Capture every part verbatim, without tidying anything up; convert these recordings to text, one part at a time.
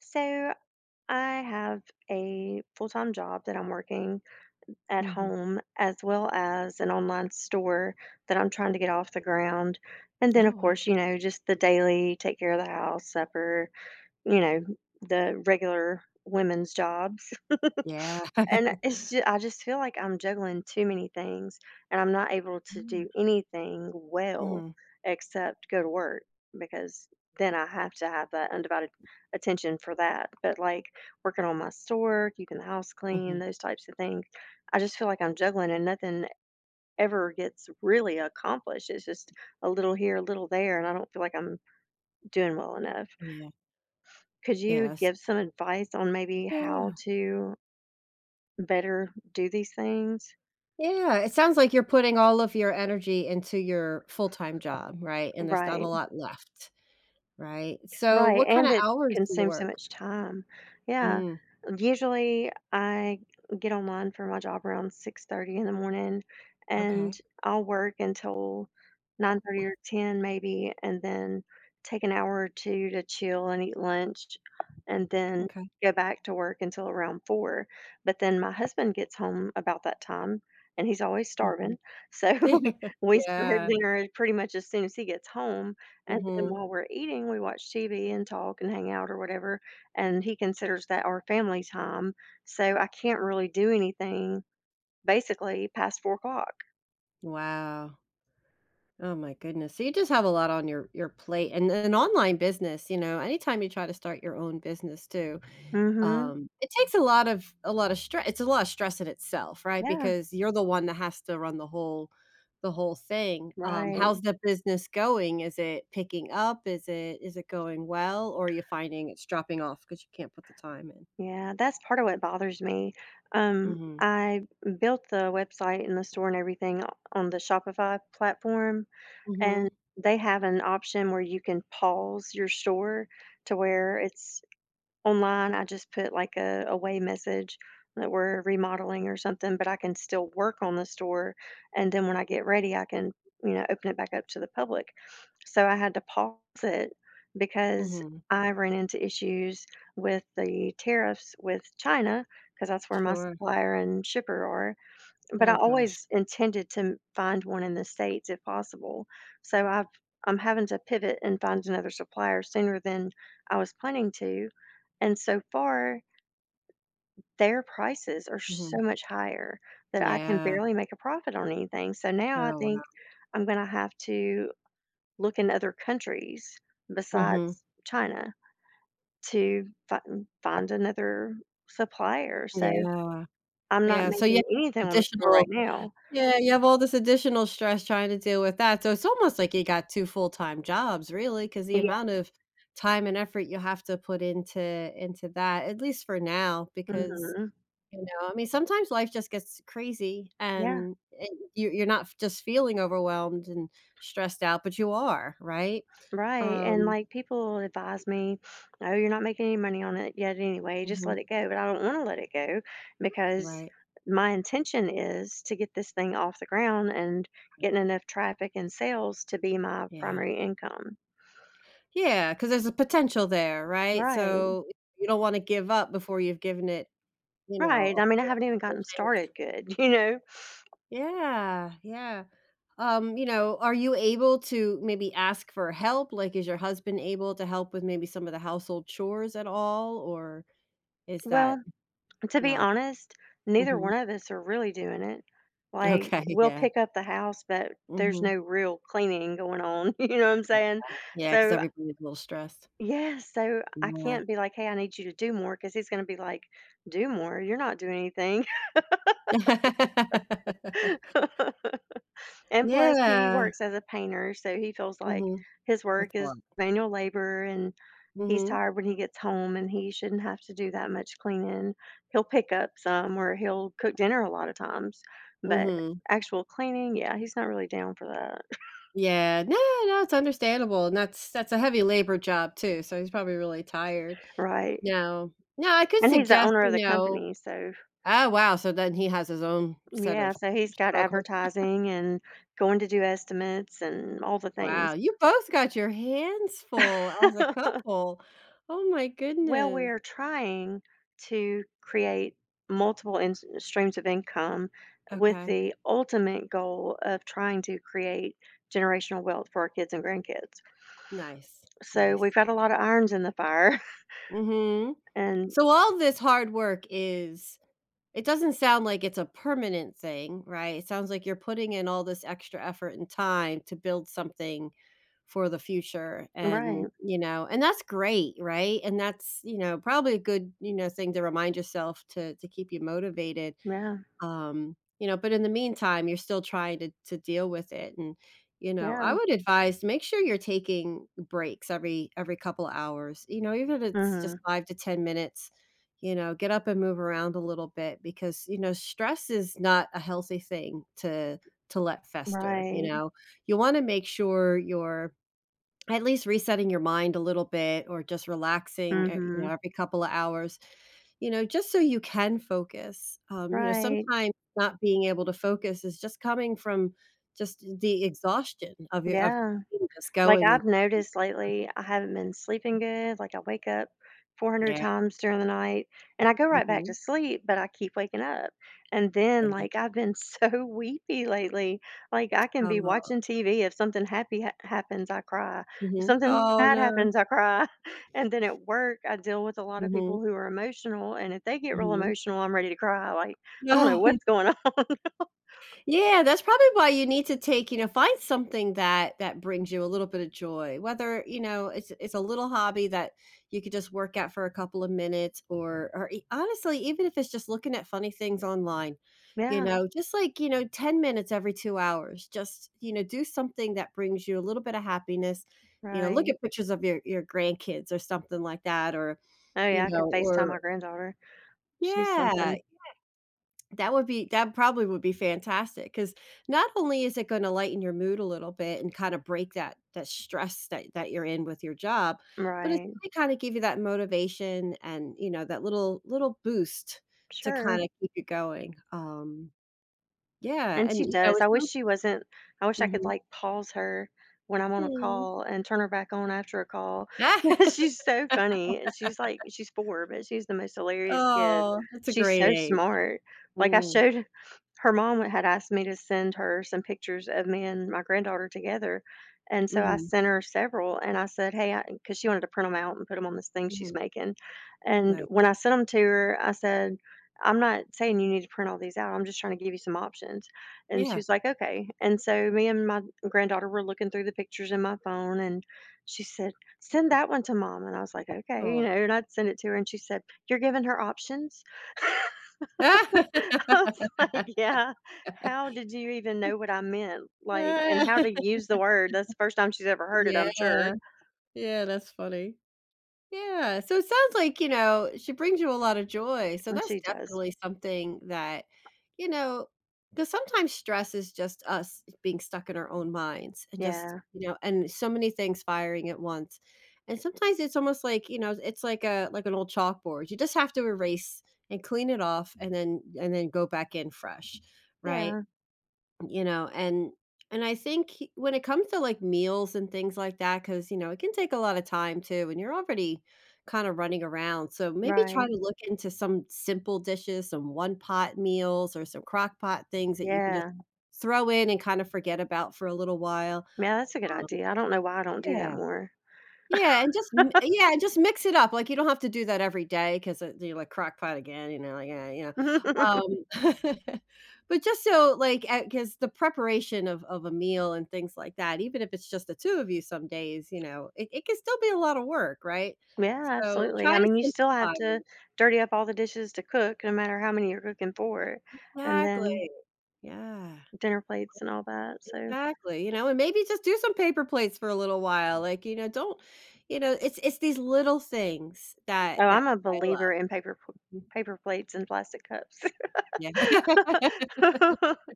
So I have a full time job that I'm working at Mhm. home, as well as an online store that I'm trying to get off the ground. And then, of Oh, wow. course, you know, just the daily take care of the house, supper, you know, the regular women's jobs. Yeah. And it's just, I just feel like I'm juggling too many things and I'm not able to Mm. do anything well Mhm, except go to work because then I have to have that undivided attention for that. But like working on my store, keeping the house clean, mhm. those types of things, I just feel like I'm juggling and nothing ever gets really accomplished. It's just a little here, a little there, and I don't feel like I'm doing well enough. Yeah. Could you Yes. give some advice on maybe how Yeah. to better do these things? Yeah, it sounds like you're putting all of your energy into your full-time job, right? And there's not a Right, lot left, right? So right, what and kinda it hours do you consumes so work? much time. Yeah, Mm, usually I get online for my job around six thirty in the morning, and okay. I'll work until nine thirty or ten maybe, and then take an hour or two to chill and eat lunch, and then Okay. go back to work until around four. But then my husband gets home about that time, and he's always starving, Mhm. so we we start Yeah. dinner pretty much as soon as he gets home. And then Mhm. while we're eating, we watch T V and talk and hang out or whatever, and he considers that our family time. So I can't really do anything basically past four o'clock. Wow. Oh my goodness. So you just have a lot on your your plate and an online business, you know, anytime you try to start your own business too. Mm. Mhm. Um, it takes a lot of a lot of stress. It's a lot of stress in itself, right? Yeah, Because you're the one that has to run the whole the whole thing. Um, right. how's the business going? Is it picking up? Is it is it going well? Or are you finding it's dropping off because you can't put the time in? Yeah, that's part of what bothers me. Um, Mhm. I built the website and the store and everything o- on the Shopify platform, and Mhm. they have an option where you can pause your store to where it's online, I just put like a away message that we're remodeling or something, but I can still work on the store, and then when I get ready, I can, you know, open it back up to the public. So I had to pause it because Mhm. I ran into issues with the tariffs with China, because that's where my Sure. supplier and shipper are. But I Oh gosh. always intended to m find one in the States if possible, so I've I'm having to pivot and find another supplier sooner than I was planning to, and so far, their prices are so Mhm. much higher that I can Yeah. barely make a profit on anything, so Oh, now I think wow. I'm gonna have to look in other countries Mhm. besides China to fin find another supplier, so Yeah. I'm not Yeah. So, yeah, making anything on the store right additional now. Yeah, you have all this additional stress trying to deal with that, so it's almost like you got two full-time jobs really, because the Yeah. amount of time and effort you have to put into into that, at least for now, because, Mhm. you know, I mean, sometimes life just gets crazy Yeah. and and you you're not just feeling overwhelmed and stressed out, but you are, right? Right. And Um like people advise me, oh, you're not making any money on it yet anyway. Just Mhm, let it go. But I don't want to let it go because right, my intention is to get this thing off the ground and getting enough traffic and sales to be my yeah. primary income. Yeah, because there's a potential there, right? Right. So, you don't wanna give up before you've given it, you know, Right. a I mean, I full haven't even full gotten chance. started good, you know? Yeah, yeah. Um, you know, are you able to maybe ask for help? Like, is your husband able to help with maybe some of the household chores at all, or is that Well, to be not? honest, neither Mhm. one of us are really doing it. Like, Okay, we'll yeah. pick up the house, but there's Mhm. no real cleaning going on. You know what I'm Yeah, saying? yeah, because So everybody's a little stressed. yes, so I Yeah. can't be like, "Hey, I need you to do more," because he's gonna be like, "Do more? You're not doing anything." And plus, he Yeah. works as a painter, so he feels like Mhm. his work That's a is lot. manual labor, and he's Mhm, tired when he gets home, and he shouldn't have to do that much cleaning. He'll pick up some, or he'll cook dinner a lot of times, but mhm. actual cleaning, yeah, he's not really down for that. Yeah, no, no, it's understandable, and that's that's a heavy labor job too, so he's probably really tired. Right, No. No, I could and he's the suggest, owner of you the know. company, so Oh, wow, so then he has his own set yeah, of so he's got struggles. advertising and going to do estimates and all the Wow, things. you both got your hands full as a couple. Oh my Well, goodness. we're trying to create multiple in- streams of income with Okay. the ultimate goal of trying to create generational wealth for our kids and grandkids. Nice, So we've nice. got a lot of irons in the fire Mhm. and So all this hard work is It doesn't sound like it's a permanent thing, right? It sounds like you're putting in all this extra effort and time to build something for the future and, right. you know, and that's great, right? And that's, you know, probably a good, you know, thing to remind yourself to to keep you motivated. Yeah. Um, you know, but in the meantime, you're still trying to to deal with it, and, you know, I Yeah. would advise make sure you're taking breaks every every couple of hours, you know, even if it's just Mhm. five to ten minutes, you know, get up and move around a little bit because, you know, stress is not a healthy thing to to let fester, you Right. know? You wanna make sure you're at least resetting your mind a little bit or just relaxing, eh, you know, Mhm. every couple of hours, you know, just so you can focus. Um, you know, Right. sometimes not being able to focus is just coming from just the exhaustion of your of Yeah. being just Like, going and I've noticed lately, I haven't been sleeping good. Like, I wake up four hundred Yeah. times during the night and I go right back to Mhm. sleep, but I keep waking up. And then, Yeah. like, I've been so weepy lately. Like, I can be Oh. watching T V. If something happy ha- happens, I cry. If Mhm. something Oh, bad no. happens, I cry. And then at work, I deal with a lot of Mhm. people who are emotional. And if they get real Mhm. emotional, I'm ready to cry. Like, I don't know No. what's going on. Yeah, that's probably why you need to take, you know, find something that that brings you a little bit of joy. Whether, you know, it's it's a little hobby that you could just work at for a couple of minutes or or e- honestly, even if it's just looking at funny things online, you Yeah, know, just like, you know, ten minutes every two hours, just, you know, do something that brings you a little bit of happiness. You know, look right. at pictures of your your grandkids or something like that or, Oh, you yeah, I know, could FaceTime my or granddaughter. She's yeah, something. that would be that probably would be fantastic because not only is it gonna lighten your mood a little bit and kinda break that that stress that that you're in with your job, but it's Right. gonna kinda give you that motivation and, you know, that little little boost to Sure. kinda keep you going. Um, yeah, And she and, you know, does. it's I wish not she wasn't I wish I could, Mhm. like, pause her when I'm on a Mm. call and turn her back on after a call. She's so funny, and she's, like she's four, but she's the most hilarious kid. Oh, that's a She's great so age. smart. Like, I Mm. showed her mom had asked me to send her some pictures of me and my granddaughter together, and so I Mhm. sent her several, and I said, "Hey," because she wanted to print them out and put them on this thing she's Mhm. making, and Nice. when I sent them to her, I said, "I'm not saying you need to print all these out, I'm just trying to give you some options." And Yeah. she's like, "Okay." And so me and my granddaughter were looking through the pictures in my phone, and she said, "Send that one to mom." And I was like, "Okay," you Aw. know, and I'd send it to her, and she said, "You're giving her options?" I was like, "Yeah. How did you even know what I meant? Like, and how to use the word? That's the first time she's ever heard it, I'm Yeah. sure." Yeah, that's funny. Yeah, so it sounds like, you know, she brings you a lot of joy, so And that's she does. definitely something that, you know because sometimes stress is just us being stuck in our own minds and just, Yeah. you know and so many things firing at once, and sometimes it's almost like, you know, it's like a like an old chalkboard, you just have to erase and clean it off and then and then go back in fresh, right? Yeah. You know, and and I think he- when it comes to like meals and things like that because you know it can take a lot of time too and you're already kind of running around, so maybe try Right. to look into some simple dishes, some one pot meals or some crock pot things that you can just Yeah. throw in and kind of forget about for a little while. Yeah, that's a good Um, idea. I don't know why I don't do that yeah more. yeah, and just m yeah, and just mix it up, like, you don't have to do that every day because you're like crock pot again, you know, like, eh, you know, um, but just so, like, because the preparation of of a meal and things like that, even if it's just the two of you some days, you know, it it can still be a lot of work, right? Yeah, So, absolutely. I try to mean, you still have simplify to it. dirty up all the dishes to cook, no matter how many you're cooking for, and Exactly. then Yeah, dinner plates and all that. So, exactly, you know, and maybe just do some paper plates for a little while, like, you know, don't you know, it's it's these little things oh, that I'm that a pile up. believer in paper pl- Mm, paper plates and plastic cups. yeah.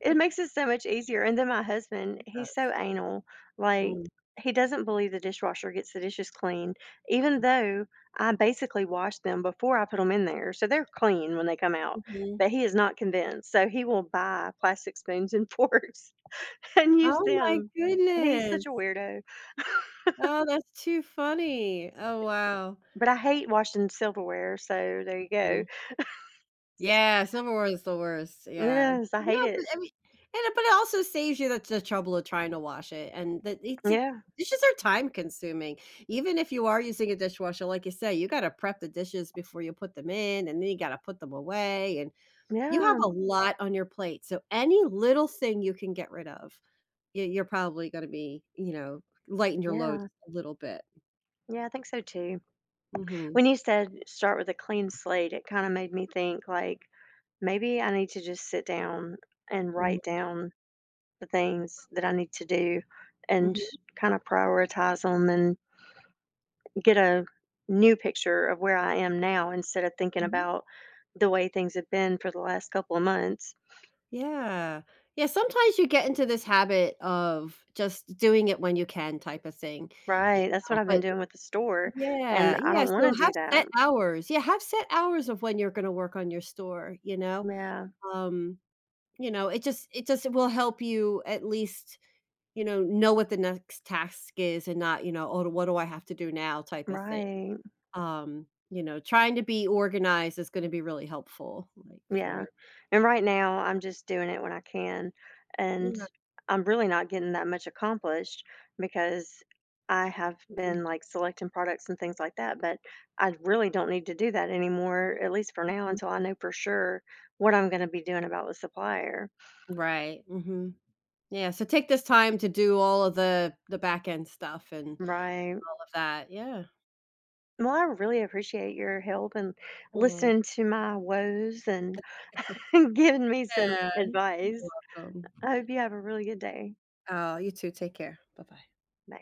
It makes it so much easier, and then my husband, he's so anal, like, Mm, he doesn't believe the dishwasher gets the dishes clean, even though I basically wash them before I put them in there, so they're clean when they come out, mhm. but he is not convinced, so he will buy plastic spoons and forks and use Oh my them. He's goodness. such a weirdo, Oh, that's too funny. Oh, wow. but I hate washing silverware, so there you go. Mm. Yeah, snowboard is the worst, yeah. Yes, I hate No, it. but I mean and but it also saves you the the trouble of trying to wash it, and that it's a Yeah. dishes are time consuming. Even if you are using a dishwasher, like you say, you gotta prep the dishes before you put them in, and then you gotta put them away, and you Yeah, have a lot on your plate, so any little thing you can get rid of. Y You're probably gonna be, you know, lighten your load yeah. just a little bit. Yeah, I think so too. Mhm. When you said start with a clean slate, it kind of made me think like maybe I need to just sit down and Mhm. write down the things that I need to do and Mhm. kind of prioritize them and get a new picture of where I am now instead of thinking Mhm. about the way things have been for the last couple of months. Yeah. Yeah, sometimes you get into this habit of just doing it when you can type of thing, you Right. That's what know, I've been but doing with the store. And Yeah, I yeah, don't want so to do have that. set hours. Yeah, have set hours of when you're gonna work on your store, you know? Yeah. Um, you know, it just it just will help you at least, you know, know what the next task is and not, you know, "Oh, what do I have to do now?" type of thing. Right. Um, you know, trying to be organized is gonna be really helpful, like, for Yeah, you. and right now, I'm just doing it when I can, and Yeah, I'm really not getting that much accomplished because I have been, mhm, like, selecting products and things like that, but I really don't need to do that anymore, at least for now, mhm. until I know for sure what I'm gonna be doing about the supplier. Right, mhm. Yeah, so take this time to do all of the the back end stuff and all Right. of that, yeah. Well, I really appreciate your help and Aw. listening to my woes and giving me some Yeah, you're advice. welcome. I hope you have a really good day. Oh, you too, take care. Bye-bye. Bye.